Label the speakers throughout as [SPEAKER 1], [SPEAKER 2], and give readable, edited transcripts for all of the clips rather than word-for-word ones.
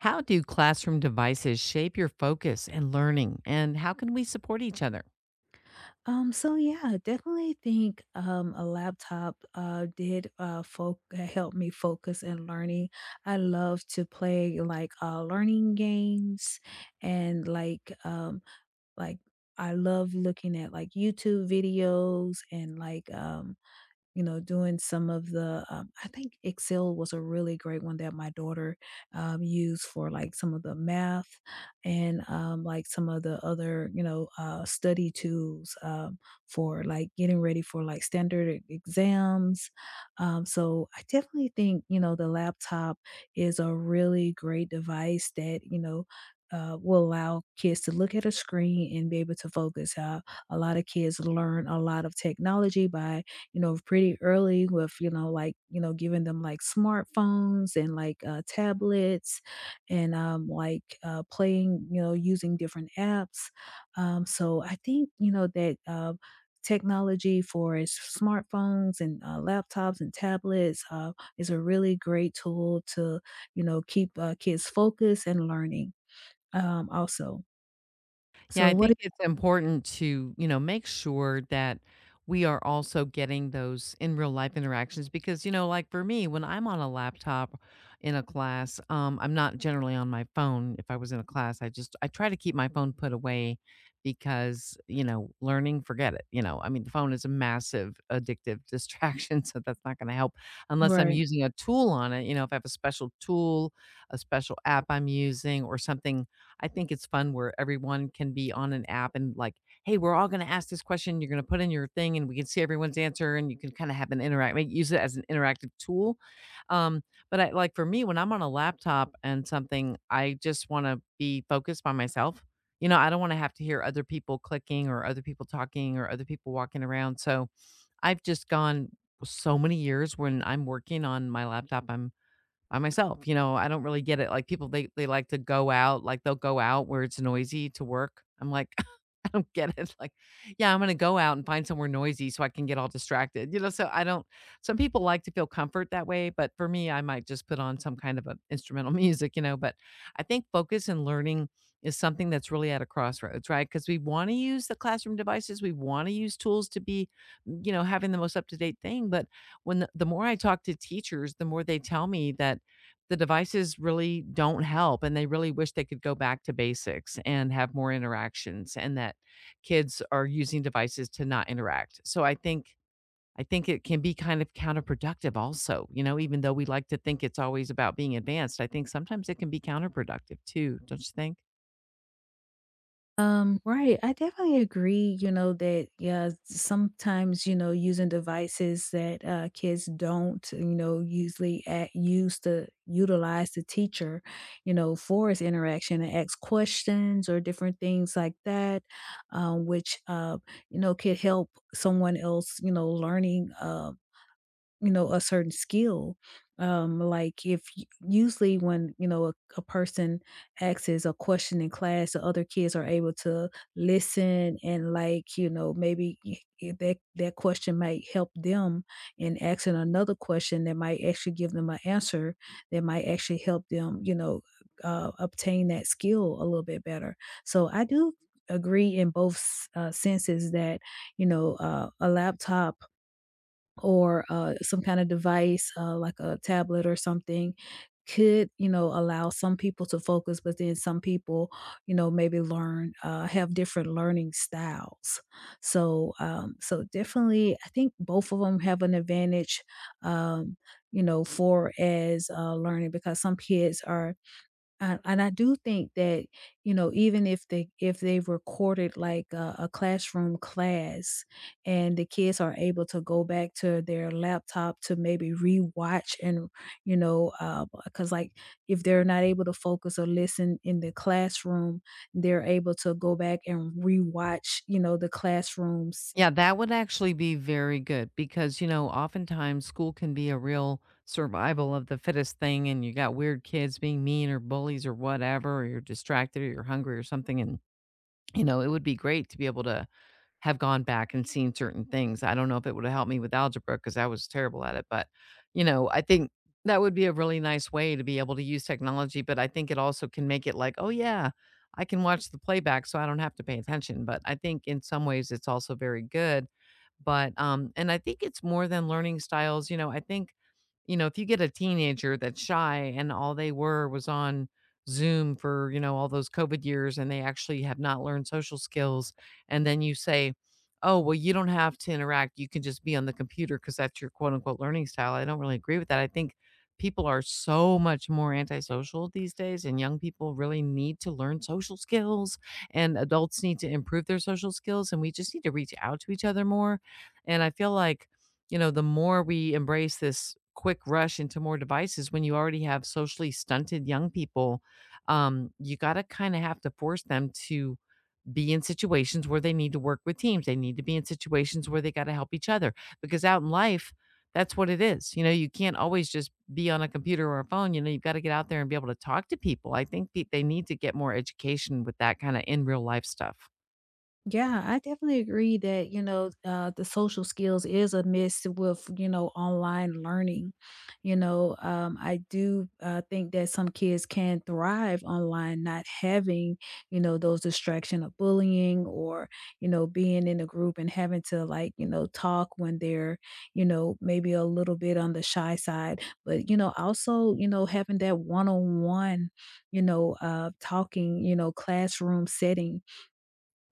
[SPEAKER 1] How do classroom devices shape your focus and learning, and how can we support each other?
[SPEAKER 2] So yeah, I definitely think a laptop did help me focus in learning. I love to play like learning games and like I love looking at like YouTube videos and like you know, doing some of the, I think Excel was a really great one that my daughter used for like some of the math and like some of the other, you know, study tools for like getting ready for like exams. So I definitely think, you know, the laptop is a really great device that, you know, will allow kids to look at a screen and be able to focus. A lot of kids learn a lot of technology by you know, pretty early with, you know, like, you know, giving them like smartphones and like tablets and playing, you know, using different apps. So I think, you know, that technology for its smartphones and laptops and tablets is a really great tool to, you know, keep kids focused and learning also.
[SPEAKER 1] Yeah,
[SPEAKER 2] So,
[SPEAKER 1] I
[SPEAKER 2] what?
[SPEAKER 1] think it's important to, you know, make sure that we are also getting those in real life interactions because, you know, like for me, when I'm on a laptop in a class, I'm not generally on my phone. If I was in a class, I try to keep my phone put away because, you know, learning, forget it. You know, I mean, the phone is a massive addictive distraction. So that's not going to help unless I'm
[SPEAKER 2] Right.
[SPEAKER 1] using a tool on it. You know, if I have a special tool, a special app I'm using or something. I think it's fun where everyone can be on an app and like, "Hey, we're all gonna ask this question. You're gonna put in your thing, and we can see everyone's answer, and you can kinda have an interact like, use it as an interactive tool." Um, but I like, for me, when I'm on a laptop and something, I just wanna be focused by myself. You know, I don't wanna have to hear other people clicking or other people talking or other people walking around, so I've just gone so many years when I'm working on my laptop, I'm by myself. You know, I don't really get it. Like people, they like to go out, like they'll go out where it's noisy to work. I'm like, I don't get it. Like, yeah, I'm gonna go out and find somewhere noisy so I can get all distracted. You know, so I don't, some people like to feel comfort that way, but for me, I might just put on some kind of a instrumental music, you know. But I think focus and learning is something that's really at a crossroads, right? Because we want to use the classroom devices, we want to use tools to be, you know, having the most up-to-date thing. But when the more I talk to teachers, the more they tell me that the devices really don't help and they really wish they could go back to basics and have more interactions, and that kids are using devices to not interact. So I think it can be kind of counterproductive also, you know, even though we like to think it's always about being advanced, I think sometimes it can be counterproductive too, don't you think?
[SPEAKER 2] Right. I definitely agree, you know, that yeah, sometimes, you know, using devices that kids don't, you know, usually at, use to utilize the teacher, you know, for his interaction and ask questions or different things like that, which you know, could help someone else, you know, learning you know, a certain skill. Like if usually when, you know, a person asks a question in class, the other kids are able to listen and like, you know, maybe that question might help them in asking another question that might actually give them an answer that might actually help them, you know, obtain that skill a little bit better. So I do agree in both senses that, you know, a laptop or some kind of device like a tablet or something could you know allow some people to focus but then some people you know maybe learn have different learning styles so so definitely I think both of them have an advantage um, you know for as learning because some kids are And I do think that you know even if they if they've recorded like a classroom class and the kids are able to go back to their laptop to maybe rewatch and you know because like if they're not able to focus or listen in the classroom they're able to go back and rewatch you know the classrooms.
[SPEAKER 1] Yeah, that would actually be very good because, you know, oftentimes school can be a real survival of the fittest thing and you got weird kids being mean or bullies or whatever, or you're distracted or you're hungry or something. And you know, it would be great to be able to have gone back and seen certain things. I don't know if it would have helped me with algebra because I was terrible at it, but, you know, I think that would be a really nice way to be able to use technology, but I think it also can make it like, "Oh, yeah, I can watch the playback so I don't have to pay attention." But I think in some ways it's also very good, but, and I think it's more than learning styles, you know, I think, you know, if you get a teenager that's shy and all they were was on Zoom for, you know, all those COVID years and they actually have not learned social skills. And then you say, oh, well, you don't have to interact. You can just be on the computer because that's your quote unquote learning style. I don't really agree with that. I think people are so much more antisocial these days, and young people really need to learn social skills, and adults need to improve their social skills. And we just need to reach out to each other more. And I feel like, you know, the more we embrace this quick rush into more devices when you already have socially stunted young people, you got to kind of have to force them to be in situations where they need to work with teams. They need to be in situations where they got to help each other because out in life, that's what it is. You know, you can't always just be on a computer or a phone. You know, you've got to get out there and be able to talk to people. I think they need to get more education with that kind of in real life stuff.
[SPEAKER 2] Yeah, I definitely agree that, you know, the social skills is a miss with, you know, online learning. You know, I do think that some kids can thrive online, not having, you know, those distraction of bullying or, you know, being in a group and having to like, you know, talk when they're, you know, maybe a little bit on the shy side. But, you know, also, you know, having that one on one, you know, talking, you know, classroom setting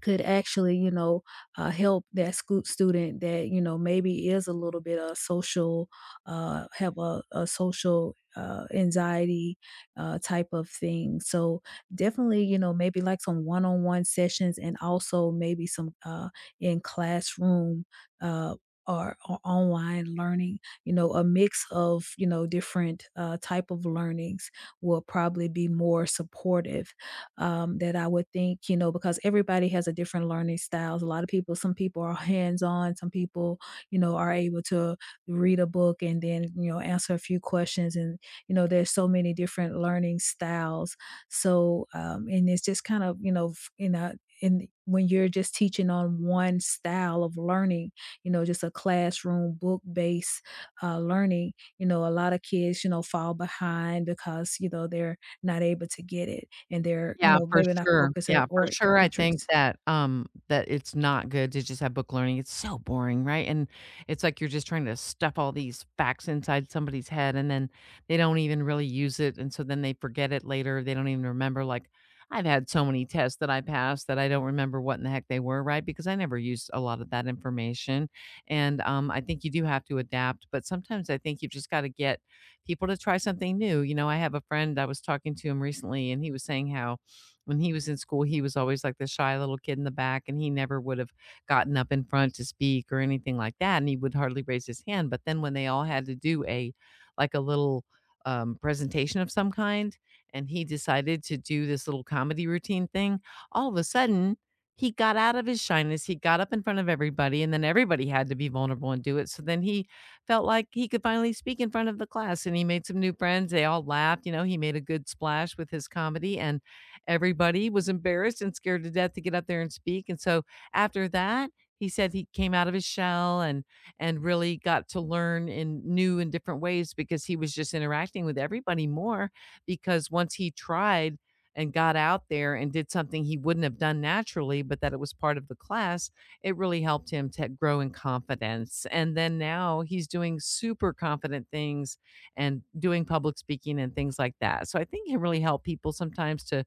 [SPEAKER 2] could actually, you know, help that school student that you know maybe is a little bit of social, have a social anxiety type of thing. So definitely, you know, maybe like some one-on-one sessions, and also maybe some in classroom. Uh, or online learning you know a mix of you know different type of learnings will probably be more supportive that I would think, you know, because everybody has a different learning styles. A lot of people, some people are hands on, some people, you know, are able to read a book and then, you know, answer a few questions. And, you know, there's so many different learning styles. So, and it's just kind of, you know, you know, and when you're just teaching on one style of learning, you know, just a classroom book based learning, you know, a lot of kids, you know, fall behind because, you know, they're not able to get it and they're, you
[SPEAKER 1] Yeah,
[SPEAKER 2] know,
[SPEAKER 1] for
[SPEAKER 2] maybe not
[SPEAKER 1] sure.
[SPEAKER 2] focusing
[SPEAKER 1] Yeah, for
[SPEAKER 2] or
[SPEAKER 1] sure, I think
[SPEAKER 2] interest.
[SPEAKER 1] that, that it's not good to just have book learning, it's so boring, right? And it's like you're just trying to stuff all these facts inside somebody's head, and then they don't even really use it, and so then they forget it later, they don't even remember, like, I've had so many tests that I passed that I don't remember what in the heck they were, right? Because I never used a lot of that information, and, I think you do have to adapt, but sometimes I think you've just gotta get people to try something new. You know, I have a friend I was talking to him recently, and he was saying how when he was in school, he was always like the shy little kid in the back, and he never would have gotten up in front to speak or anything like that. And he would hardly raise his hand. But then when they all had to do a like a little presentation of some kind, and he decided to do this little comedy routine thing, all of a sudden he got out of his shyness. He got up in front of everybody, and then everybody had to be vulnerable and do it. So then he felt like he could finally speak in front of the class and he made some new friends. They all laughed. You know, he made a good splash with his comedy. And everybody was embarrassed and scared to death to get up there and speak. And so after that, he said he came out of his shell, and really got to learn in new and different ways because he was just interacting with everybody more, because once he tried and got out there and did something he wouldn't have done naturally but that it was part of the class, it really helped him to grow in confidence. And then now he's doing super confident things and doing public speaking and things like that, so I think it really helped people sometimes to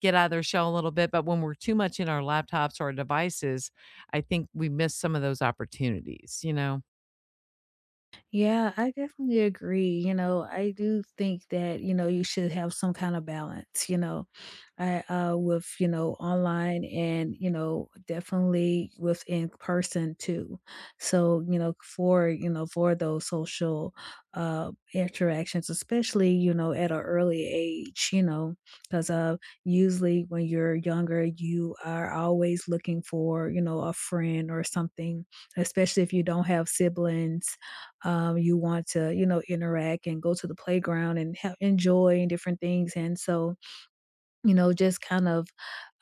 [SPEAKER 1] get out of their shell a little bit. But when we're too much in our laptops or our devices, I think we miss some of those opportunities, you know?
[SPEAKER 2] Yeah, I definitely agree. You know, I do think that, you know, you should have some kind of balance, you know, I, with, you know, online and, you know, definitely with in person too. So, you know, for those social interactions, especially, you know, at an early age, you know, because usually when you're younger, you are always looking for, you know, a friend or something, especially if you don't have siblings you want to, you know, interact and go to the playground and ha enjoy and different things, and so you know, just kind of,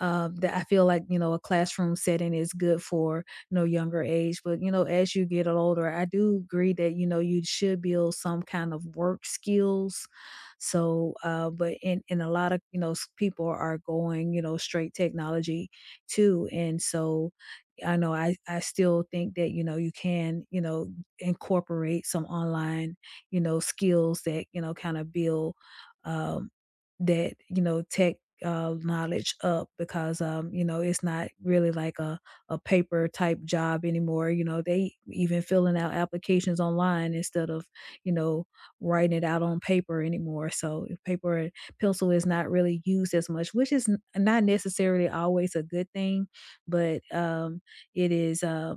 [SPEAKER 2] that I feel like, you know, a classroom setting is good for, you know, younger age, but, you know, as you get older, I do agree that, you know, you should build some kind of work skills. So, But in a lot of, you know, s people are going, you know, straight technology too, and so, I know I still think that, you know, you can, you know, incorporate some online, you know, skills that, you know, kinda build, um, that, you know, tech knowledge up because you know it's not really like a paper type job anymore you know they even filling out applications online instead of you know writing it out on paper anymore so paper and pencil is not really used as much which is not necessarily always a good thing but it is uh,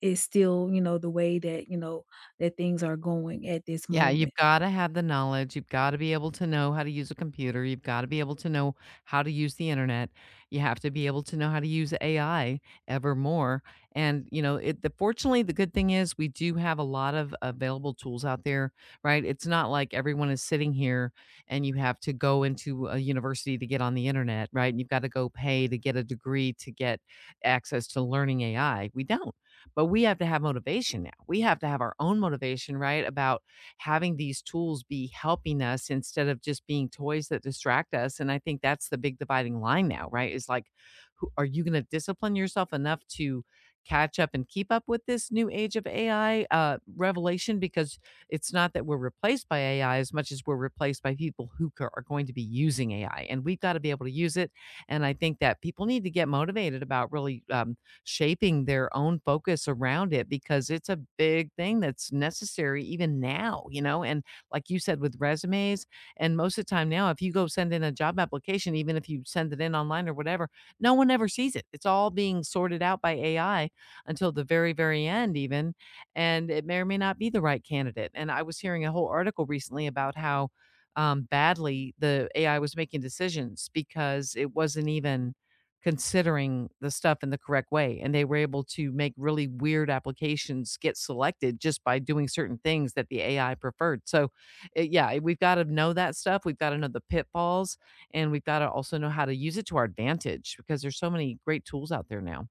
[SPEAKER 2] it's still you know the way that you know that things are going at this
[SPEAKER 1] Yeah, you've
[SPEAKER 2] moment.
[SPEAKER 1] gotta have the knowledge, you've gotta be able to know how to use a computer, you've gotta be able to know how to use the internet, you have to be able to know how to use AI ever more, and, you know, it the fortunately, the good thing is we do have a lot of available tools out there, right? It's not like everyone is sitting here and you have to go into a university to get on the internet, right? You've gotta go pay to get a degree to get access to learning AI, we don't, but we have to have motivation now, we have to have our own motivation, right, about having these tools be helping us instead of just being toys that distract us. And I think that's the big dividing line now, right? Is like, who, are you going to discipline yourself enough to catch up and keep up with this new age of AI revelation? Because it's not that we're replaced by AI as much as we're replaced by people who are going to be using AI, and we've got to be able to use it. And I think that people need to get motivated about really shaping their own focus around it because it's a big thing that's necessary even now, you know? And like you said, with resumes, and most of the time now, if you go send in a job application, even if you send it in online or whatever, no one ever sees it. It's all being sorted out by AI until the very, very end, even. And it may or may not be the right candidate. And I was hearing a whole article recently about how badly the AI was making decisions because it wasn't even considering the stuff in the correct way. And they were able to make really weird applications get selected just by doing certain things that the AI preferred. So, yeah, we've got to know that stuff. We've got to know the pitfalls, and we've got to also know how to use it to our advantage because there's so many great tools out there now.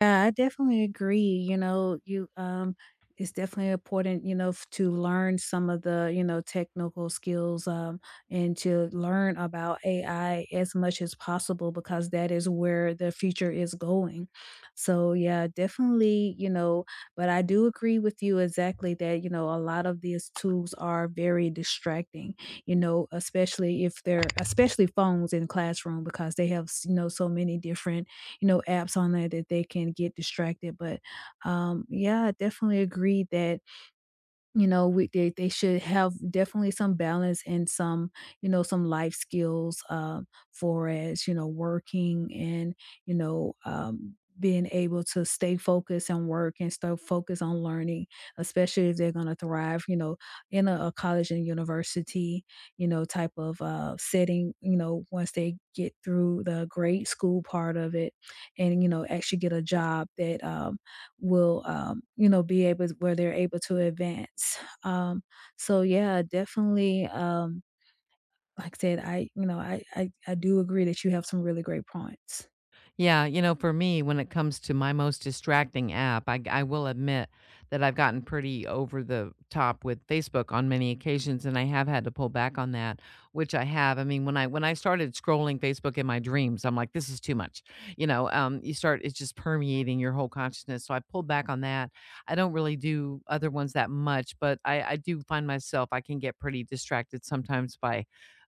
[SPEAKER 2] Yeah, I definitely agree. You know, you it's definitely important, you know, to learn some of the, you know, technical skills and to learn about AI as much as possible because that is where the future is going. So, yeah, definitely, you know, but I do agree with you exactly that, you know, a lot of these tools are very distracting, you know, especially if they're especially phones in classroom because they have, you know, so many different you know, apps on there that they can get distracted. But yeah, I definitely agree that you know, we they should have definitely some balance and some, you know, some life skills, for as, you know, working and, you know, being able to stay focused on work and stay focused on learning, especially if they're gonna thrive, you know, in a college and university, you know, type of setting, you know, once they get through the grade school part of it and, you know, actually get a job that will, you know, be able where they're able to advance. Um, so yeah, definitely, like I said, I, you know, I do agree that you have some really great points.
[SPEAKER 1] Yeah, you know, for me, when it comes to my most distracting app, I will admit that I've gotten pretty over the top with Facebook on many occasions, and I have had to pull back on that, which I have. I mean, when I started scrolling Facebook in my dreams, I'm like, this is too much. You know, you start it's just permeating your whole consciousness. So I pulled back on that. I don't really do other ones that much, but I do find myself I can get pretty distracted sometimes by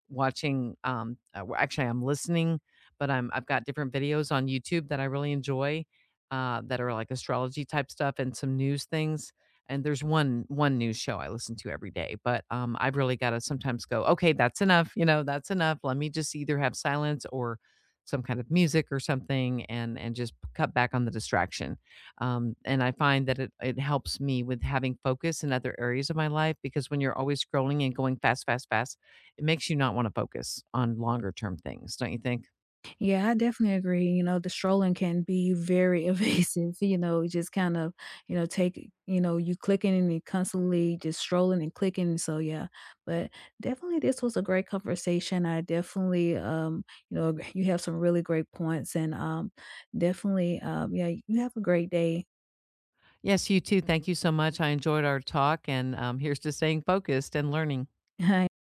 [SPEAKER 1] watching actually I'm listening, but I've got different videos on YouTube that I really enjoy, that are like astrology type stuff and some news things. And there's one news show I listen to every day, but I've really got to sometimes go, okay, that's enough. You know, that's enough. Let me just either have silence or some kind of music or something, and just cut back on the distraction. And I find that it helps me with having focus in other areas of my life because when you're always scrolling and going fast, fast, fast, it makes you not want to focus on longer term things, don't you think?
[SPEAKER 2] Yeah, I definitely agree. You know, the strolling can be very evasive, you know, it just kind of, you know, take, you know, you clicking and you constantly just strolling and clicking. So yeah, but definitely this was a great conversation. I definitely you know, you have some really great points and definitely yeah, you have a great day.
[SPEAKER 1] Yes, you too. Thank you so much. I enjoyed our talk, and here's to staying focused and learning.